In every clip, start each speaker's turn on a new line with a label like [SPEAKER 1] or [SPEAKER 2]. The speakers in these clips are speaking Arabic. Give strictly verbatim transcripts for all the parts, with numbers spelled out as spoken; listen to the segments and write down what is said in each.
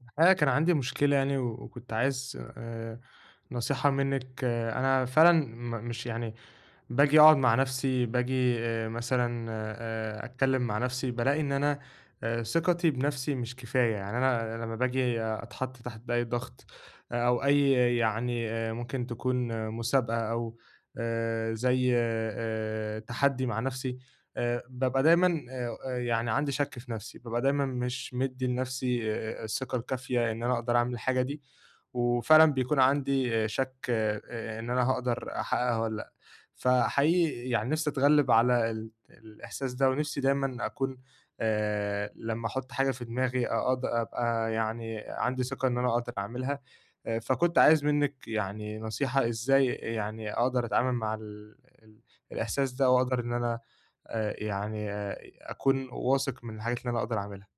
[SPEAKER 1] الحقيقة كان عندي مشكلة يعني و وكنت عايز آآ نصيحة منِّك، آه، أنا فعلًا م مش يعني باجي أقعد مع نَفْسي، باجي آآ مثلًا آآ أتكلّم مع نَفْسي، بالاقي إن أنا آآ ثقتي بنَفْسي مش كفاية. يعني أنا لمّا باجي أتحَط تحت أي ضغط، آه، أو أي، يعني آآ ممكن تكون، آه، مسابقة أو آآ زي آآ تحدّي مع نَفْسي، آآ بابقى دايمًا آآ يعني عندي شَك في نَفْسي، بابقى دايمًا مش مدّي لنَفْسي الثقة الكافية إن أنا أقدر أعمل الحاجة دي، وفعلًا بيكون عندي، آه، شَك آآ إن أنا هاقدر أحققها والّا لأ. فحقيقي يعني نِفْسي أتغلِّب على ال الإحساس ده، ونِفْسي دايمًا أكون آآ لمّا أحُط حاجة في دماغي أقد أبقى يعني عندي ثقة إن أنا أقدر أعملها. آآ فكنت عايز منِّك يعني نصيحة إزاي يعني أقدر أتعامل مع ال ال الإحساس ده وأقدر إن أنا، آآ يعني، آه، أكون واثق من الحاجات اللي أنا أقدر أعملها.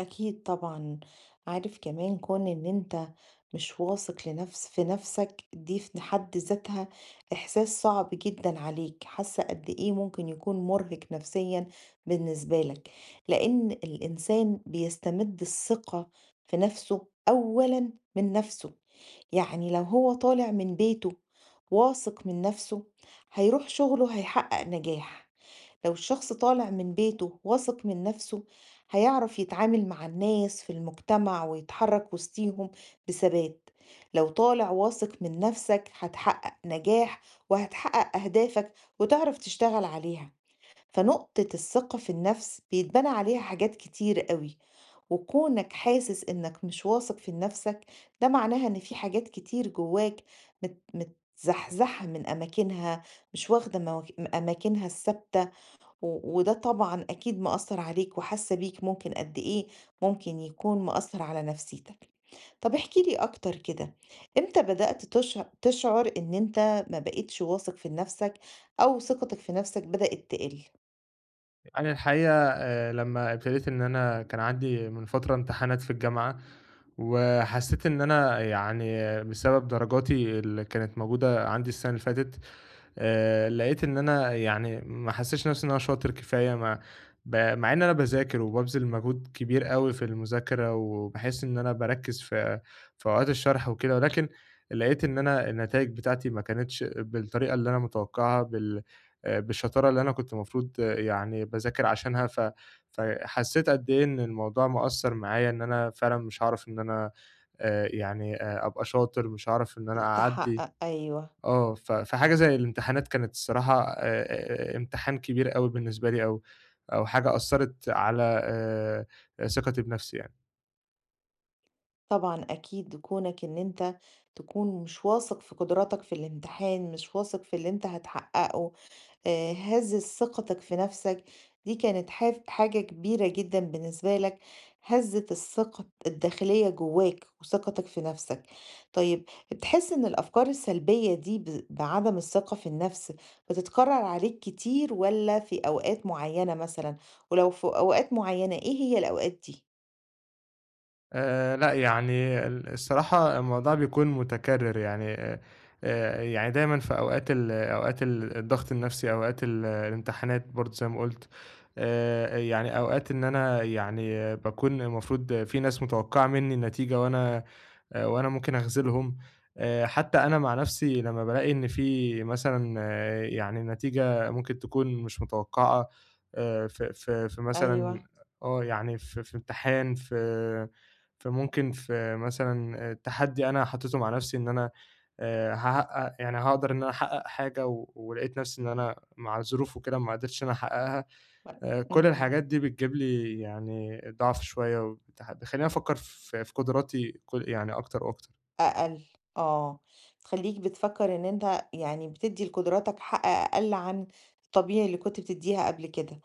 [SPEAKER 2] أكيد طبعًا، عارف كمان كون إن أنت مش واثق لنفس في نفسك دي في حد ذاتها إحساس صعب جدًا عليك، حاسة قد إيه ممكن يكون مرهق نفسيًا بالنسبة لك، لأن الإنسان بيستمد الثقة في نفسه أولًا من نفسه، يعني لو هو طالع من بيته واثق من نفسه هيروح شغله هيحقق نجاح. لو الشخص طالع من بيته واثق من نفسه هيعرف يتعامل مع الناس في المجتمع ويتحرك وسطيهم بثبات، لو طالع واثق من نفسك هتحقق نجاح وهتحقق أهدافك وتعرف تشتغل عليها، فنقطة الثقة في النفس بيتبنى عليها حاجات كتير قوي، وكونك حاسس إنك مش واثق في نفسك ده معناها إن في حاجات كتير جواك مت- متزحزحة من أماكنها، مش واخدة مواك- أماكنها الثابتة، و وده طبعًا أكيد مأثّر عليك وحاسّة بيك ممكن قد إيه ممكن يكون مأثّر على نفسيتك. طب احكِ لي أكتر كده، إمتى بدأت تش تشعر إن أنت ما بقيتش واثق في نَفْسك أو ثقتك في نَفْسك بدأت تقِل،
[SPEAKER 1] أنا الحقيقة آآ لمّا ابتديت إن أنا كان عندي من فترة امتحانات في الجامعة، وحسيت إن أنا يعني بسبب درجاتي اللي كانت موجودة عندي السنة اللي فاتت، آآ لقيت إن أنا يعني ما حسّيتش نَفْسي إن أنا شاطر كفاية. ما ب مع إن أنا باذاكر وبابذل مجهود كبير أوي في المذاكرة، وباحس إن أنا باركّز في في أوقات الشرح وكده، ولكن لقيت إن أنا النتايج بتاعتي ما كانتش بالطريقة اللي أنا متوقّعها، بال آآ بالشطارة اللي أنا كنت المفروض، آه، يعني باذاكر عشانها. ف فحسّيت قد إيه إن الموضوع مأثّر معايا، إن أنا فعلًا مش هاعرف إن أنا، آآ يعني آآ أبقى شاطر، مش هاعرف إن أنا أعدّي.
[SPEAKER 2] تحقق، أيوه،
[SPEAKER 1] آه. ف فحاجة زي الامتحانات كانت الصراحة، آآ، امتحان كبير أوي بالنسبة لي، أو أو حاجة أثّرت على، آآ، ثقتي بنفسي يعني.
[SPEAKER 2] طبعًا أكيد كونك إن أنت تكون مش واثق في قدراتك في الامتحان، مش واثق في اللي أنت هتحققه، آآ هزّت ثقتك في نَفْسك، دي كانت حاف حاجة كبيرة جدًا بالنسبة لك، هزّت الثقة الداخلية جوّاك وثقتك في نَفْسك. طيب، بتحس إن الأفكار السلبية دي ب بعدم الثقة في النَفْس بتتكرر عليك كتير والّا في أوقات معيّنة مثلًا؟ ولو في أوقات معيّنة إيه هي الأوقات دي؟
[SPEAKER 1] آآ، لأ يعني ال الصراحة الموضوع بيكون متكرر يعني، آآ، يعني دايمًا في أوقات ال أوقات ال الضغط النفسي، أوقات ال الامتحانات برضه زي ما قُلت، آآ، يعني أوقات إن أنا يعني باكون المفروض في ناس متوقعة مني النتيجة وأنا، آآ وأنا ممكن أغسلهم. آآ حتى أنا مع نَفْسي لمّا بالاقي إن في مثلًا، آه، يعني نتيجة ممكن تكون مش متوقعة آآ في في في مثلًا،
[SPEAKER 2] أيوه.
[SPEAKER 1] آه، يعني في في امتحان، في في ممكن في مثلًا، آه، تحدّي أنا حطّيته مع نَفْسي إن أنا آآ هاحقق يعني هاقدر إن أنا أحقق حاجة، و ولقيت نَفْسي إن أنا مع الظروف وكده ما قدرتش إن أنا أحققها. آآ كل
[SPEAKER 2] امم.
[SPEAKER 1] الحاجات دي بتجيب لي يعني ضعف شوية وبتح بتخلّيني أفكّر في في قدراتي كل يعني أكتر وأكتر.
[SPEAKER 2] أقل، آه، تخلّيك بتفكّر إن أنت يعني بتدّي لقدراتك حق أقل عن الطبيعي اللي كنت بتدّيها قبل كده،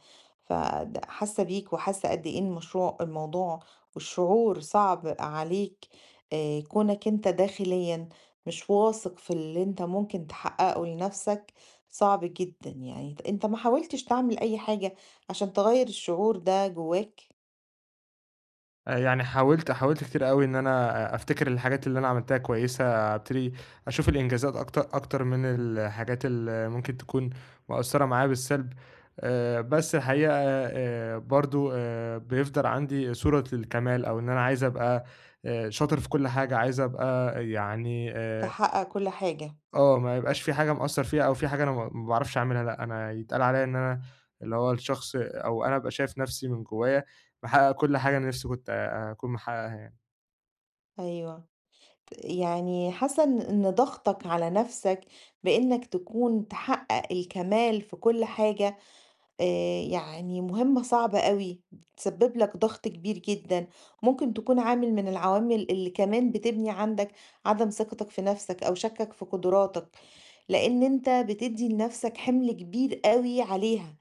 [SPEAKER 2] فد حاسة بيك وحاسة قد إيه المشروع الموضوع والشعور صعب عليك، آآ، كونك أنت داخليًا مش واثق في اللي أنت ممكن تحققه لنفسك صعب جدًا، يعني ت أنت ما حاولتش تعمل أي حاجة عشان تغيّر الشعور ده جواك؟
[SPEAKER 1] آآ يعني حاولت حاولت كتير أوي إن أنا أ أفتكر الحاجات اللي أنا عملتها كويسة، أبتدي أشوف الإنجازات أكتر أكتر من الحاجات اللي ممكن تكون مأثّرة معايا بالسلب. آآ بس الحقيقة آآ برضه آآ بيفضل عندي صورة للكمال أو إن أنا عايز أبقى آآ شاطر في كل حاجة، عايز أبقى يعني، آآ
[SPEAKER 2] تحقق كل حاجة،
[SPEAKER 1] آه، ما يبقاش في حاجة مأثّر فيها أو في حاجة أنا ما ما باعرفش أعملها، لأ، أنا يتقال عليّا إن أنا اللي هو الشخص، أو أنا أبقى شايف نَفْسي من جوّايا باحقق كل حاجة أنا نِفْسي كنت آآ أكون محققها يعني.
[SPEAKER 2] أيوه. يعني حاسة إن إن ضغطك على نفسك بإنك تكون تحقق الكمال في كل حاجة آآ يعني مهمة صعبة أوي، بتسبب لك ضغط كبير جدًا، ممكن تكون عامل من العوامل اللي كمان بتبني عندك عدم ثقتك في نفسك أو شكّك في قدراتك، لإن أنت بتدّي لنفسك حمل كبير أوي عليها،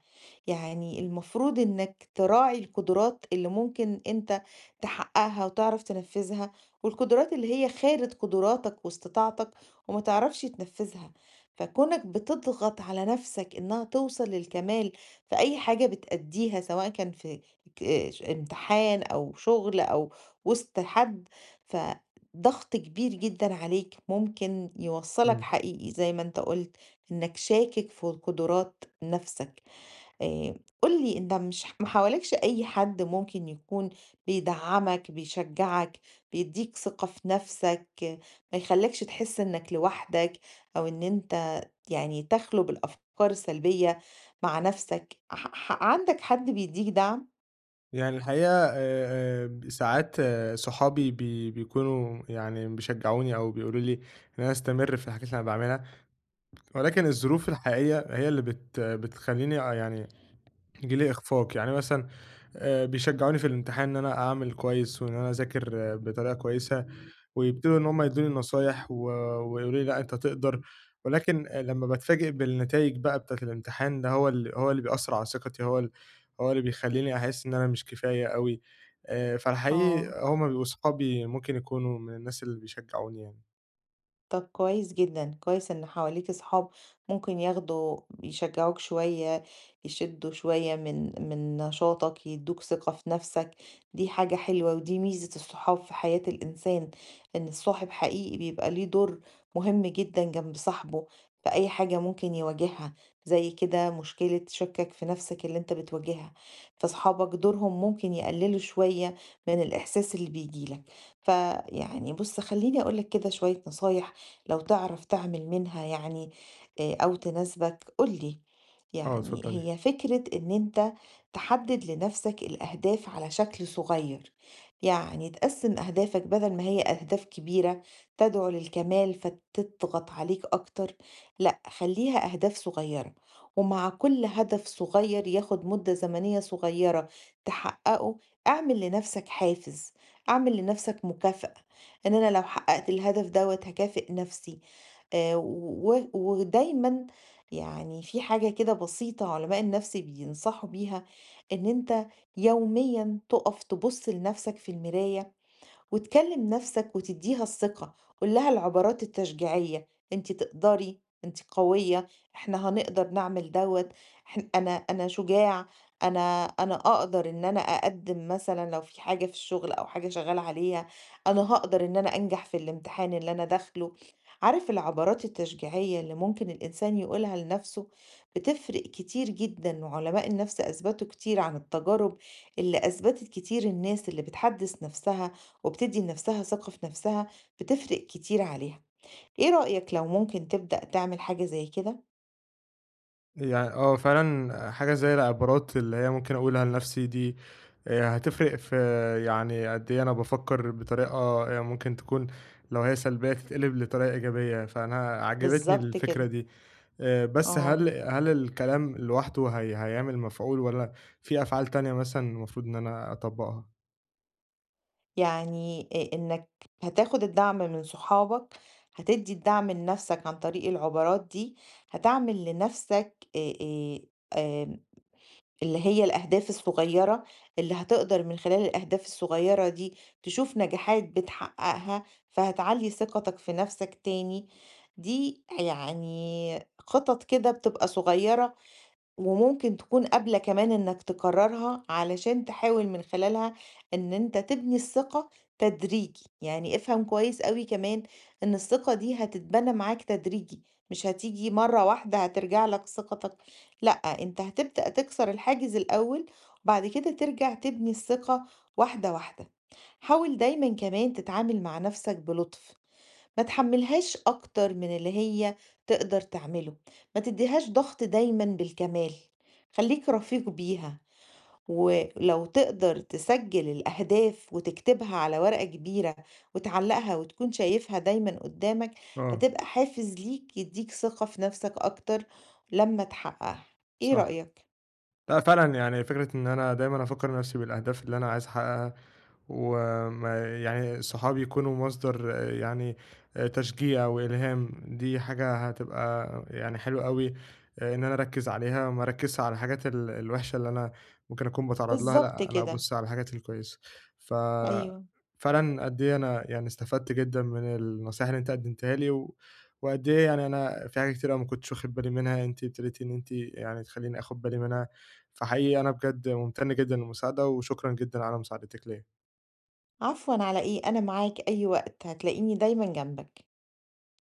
[SPEAKER 2] يعني المفروض إنك تراعي القدرات اللي ممكن أنت تحققها وتعرف تنفذها، والقدرات اللي هي خارج قدراتك واستطاعتك وما تعرفش تنفذها، فكونك بتضغط على نفسك إنها توصل للكمال فأي حاجة بتأدّيها سواء كان في ك ش امتحان أو شغل أو وسط حد، فضغط كبير جدًا عليك ممكن يوصّلك
[SPEAKER 1] إمم.
[SPEAKER 2] حقيقي زي ما أنت قُلت إنك شاكك في قدرات نَفْسك. آآ قُل لي أنت، مش ما حواليكش أي حد ممكن يكون بيدعّمك، بيشجّعك، بيدّيك ثقة في نَفْسك، آه، ما يخلّيكش تحس إنّك لوحدك أو إن أنت يعني تخلو بالأفكار السلبية مع نَفْسك، ح ح عندك حد بيدّيك دعم؟
[SPEAKER 1] يعني الحقيقة، آآ، آآ، ساعات، آآ، صحابي بي بيكونوا يعني بيشجعوني أو بيقولوا لي إن أنا أستمر في الحاجات اللي أنا باعملها، ولكن الظروف الحقيقية هي اللي بت بتخلّيني، آه، يعني جيلي إخفاق. يعني مثلًا آآ بيشجعوني في الامتحان إن أنا أعمل كويس وإن أنا أذاكر، آه، بطريقة كويسة، ويبتدوا إن هم يدّوني نصايح، و ويقولوا لي لأ أنت تقدر، ولكن آه، لمّا باتفاجئ بالنتايج بقى بتاعة الامتحان ده هو ال هو اللي بيأثّر على ثقتي، هو ال هو اللي بيخلّيني أحس إن أنا مش كفاية أوي. آآ فالحقيقي
[SPEAKER 2] آه.
[SPEAKER 1] هم بيبقوا صحابي ممكن يكونوا من الناس اللي بيشجعوني يعني.
[SPEAKER 2] طب كويس جدًا، كويس إن حواليكِ أصحاب ممكن ياخدوا يشجعوك شوية، يشدوا شوية من من نشاطك، يدوك ثقة في نفسك، دي حاجة حلوة ودي ميزة الصحاب في حياة الإنسان، إن الصاحب حقيقي بيبقى ليه دور مهم جدًا جنب صاحبه في أي حاجة ممكن يواجهها، زي كده مشكلة شكك في نفسك اللي أنت بتواجهها، فصحابك دورهم ممكن يقللوا شوية من الإحساس اللي بييجي لك، فيعني بُص خلّيني أقول لك كده شوية نصايح لو تعرف تعمل منها يعني آه، أو تناسبك قولي،
[SPEAKER 1] آه،
[SPEAKER 2] يعني
[SPEAKER 1] اتفضلي.
[SPEAKER 2] هي فكرة إن أنت تحدد لنفسك الأهداف على شكل صغير، يعني تقسم أهدافك بدل ما هي أهداف كبيرة تدعو للكمال فتضغط عليك أكتر، لأ خليها أهداف صغيرة ومع كل هدف صغير ياخد مدة زمنية صغيرة تحققه، اعمل لنفسك حافز، اعمل لنفسك مكافأة، إن أنا لو حققت الهدف دوّة هاكافئ نفسي، آآ و ودايمًا يعني في حاجة كده بسيطة علماء النفس بينصحوا بيها، إن أنت يوميًا تُقف تبُص لنفسك في المراية وتكلم نفسك وتديها الثقة، قول لها العبارات التشجيعية، انت تقدري، انت قوية، احنا هنقدر نعمل دوت، إحنا- انا انا شجاع، انا انا اقدر ان انا اقدم، مثلا لو في حاجة في الشغل او حاجة شغال عليها انا هقدر ان انا انجح في الامتحان اللي انا داخله، عارف العبارات التشجيعية اللي ممكن الانسان يقولها لنفسه بتفرق كتير جدا، وعلماء النفس اثبتوا كتير عن التجارب اللي اثبتت كتير الناس اللي بتحدث نفسها وبتدي لنفسها ثقة في نفسها بتفرق كتير عليها، ايه رأيك لو ممكن تبدأ تعمل حاجة زي كده؟
[SPEAKER 1] يعني، آه، فعلًا حاجة زي العبارات اللي هي ممكن أقولها لنفسي دي آآ، هتفرق في يعني قد إيه أنا بافكّر بطريقة، آآ، ممكن تكون لو هي سلبية تتقلب لطريقة إيجابية، فأنا عجبتني
[SPEAKER 2] بالظبط
[SPEAKER 1] الفكرة
[SPEAKER 2] كده.
[SPEAKER 1] دي. آآ، بس
[SPEAKER 2] اه.
[SPEAKER 1] هل هل الكلام لوحده هي هيعمل مفعول والّا في أفعال تانية مثلًا المفروض إن أنا أطبّقها؟
[SPEAKER 2] يعني إيه، انك هتاخد الدعم من صحابك، هتدي الدعم لنفسك عن طريق العبارات دي، هتعمل لنفسك إيه، إيه اللي هي الأهداف الصغيّرة، اللي هتقدر من خلال الأهداف الصغيّرة دي تشوف نجاحات بتحققها، فهتعلّي ثقتك في نفسك تاني، دي يعني خطط كده بتبقى صغيّرة وممكن تكون قابلة كمان إنك تكررها علشان تحاول من خلالها إن أنت تبني الثقة تدريجي، يعني افهم كويس أوي كمان إن الثقة دي هتتبنى معاك تدريجي، مش هتيجي مرة واحدة هترجع لك ثقتك، لأ أنت هتبدأ تكسر الحاجز الأول وبعد كده ترجع تبني الثقة واحدة واحدة، حاول دايما كمان تتعامل مع نفسك بلطف. ما تحمّلهاش أكتر من اللي هي تقدر تعمله، ما تدّيهاش ضغط دايمًا بالكمال، خلّيك رفيق بيها، ولو تقدر تسجّل الأهداف وتكتبها على ورقة كبيرة وتعلّقها وتكون شايفها دايمًا قدّامك،
[SPEAKER 1] آه،
[SPEAKER 2] هتبقى حافز ليك يدّيك ثقة في نَفْسك أكتر لمّا تحقّقها، إيه
[SPEAKER 1] صح.
[SPEAKER 2] رأيك؟
[SPEAKER 1] لأ فعلًا، يعني فكرة إن أنا دايمًا أفكّر نَفْسي بالأهداف اللي أنا عايز أحقّقها، وما يعني صحابي يكونوا مصدر، آه، يعني آآ تشجيع وإلهام، دي حاجة هتبقى يعني حلوة أوي. آآ إن أنا أركّز عليها وما أركّزش على الحاجات ال الوحشة اللي أنا ممكن أكون باتعرّض لها،
[SPEAKER 2] بالضبط. بالضبط
[SPEAKER 1] لأ أنا
[SPEAKER 2] كده،
[SPEAKER 1] أبُص على الحاجات الكويسة. ف
[SPEAKER 2] أيوه.
[SPEAKER 1] فعلًا قد إيه أنا يعني استفدت جدًا من النصايح اللي أنت قدّمتها لي، و وقد إيه يعني أنا في حاجات كتير أوي ما كنتش واخد بالي منها، أنتِ ابتديتِ إن أنتِ يعني تخلّيني آخُد بالي منها. فحقيقي أنا بجد ممتن جدًا للمساعدة، وشكرًا جدًا على مساعدتِك ليّا.
[SPEAKER 2] عفوًا على إيه، أنا معاك أي وقت، هتلاقيني دايمًا جنبك.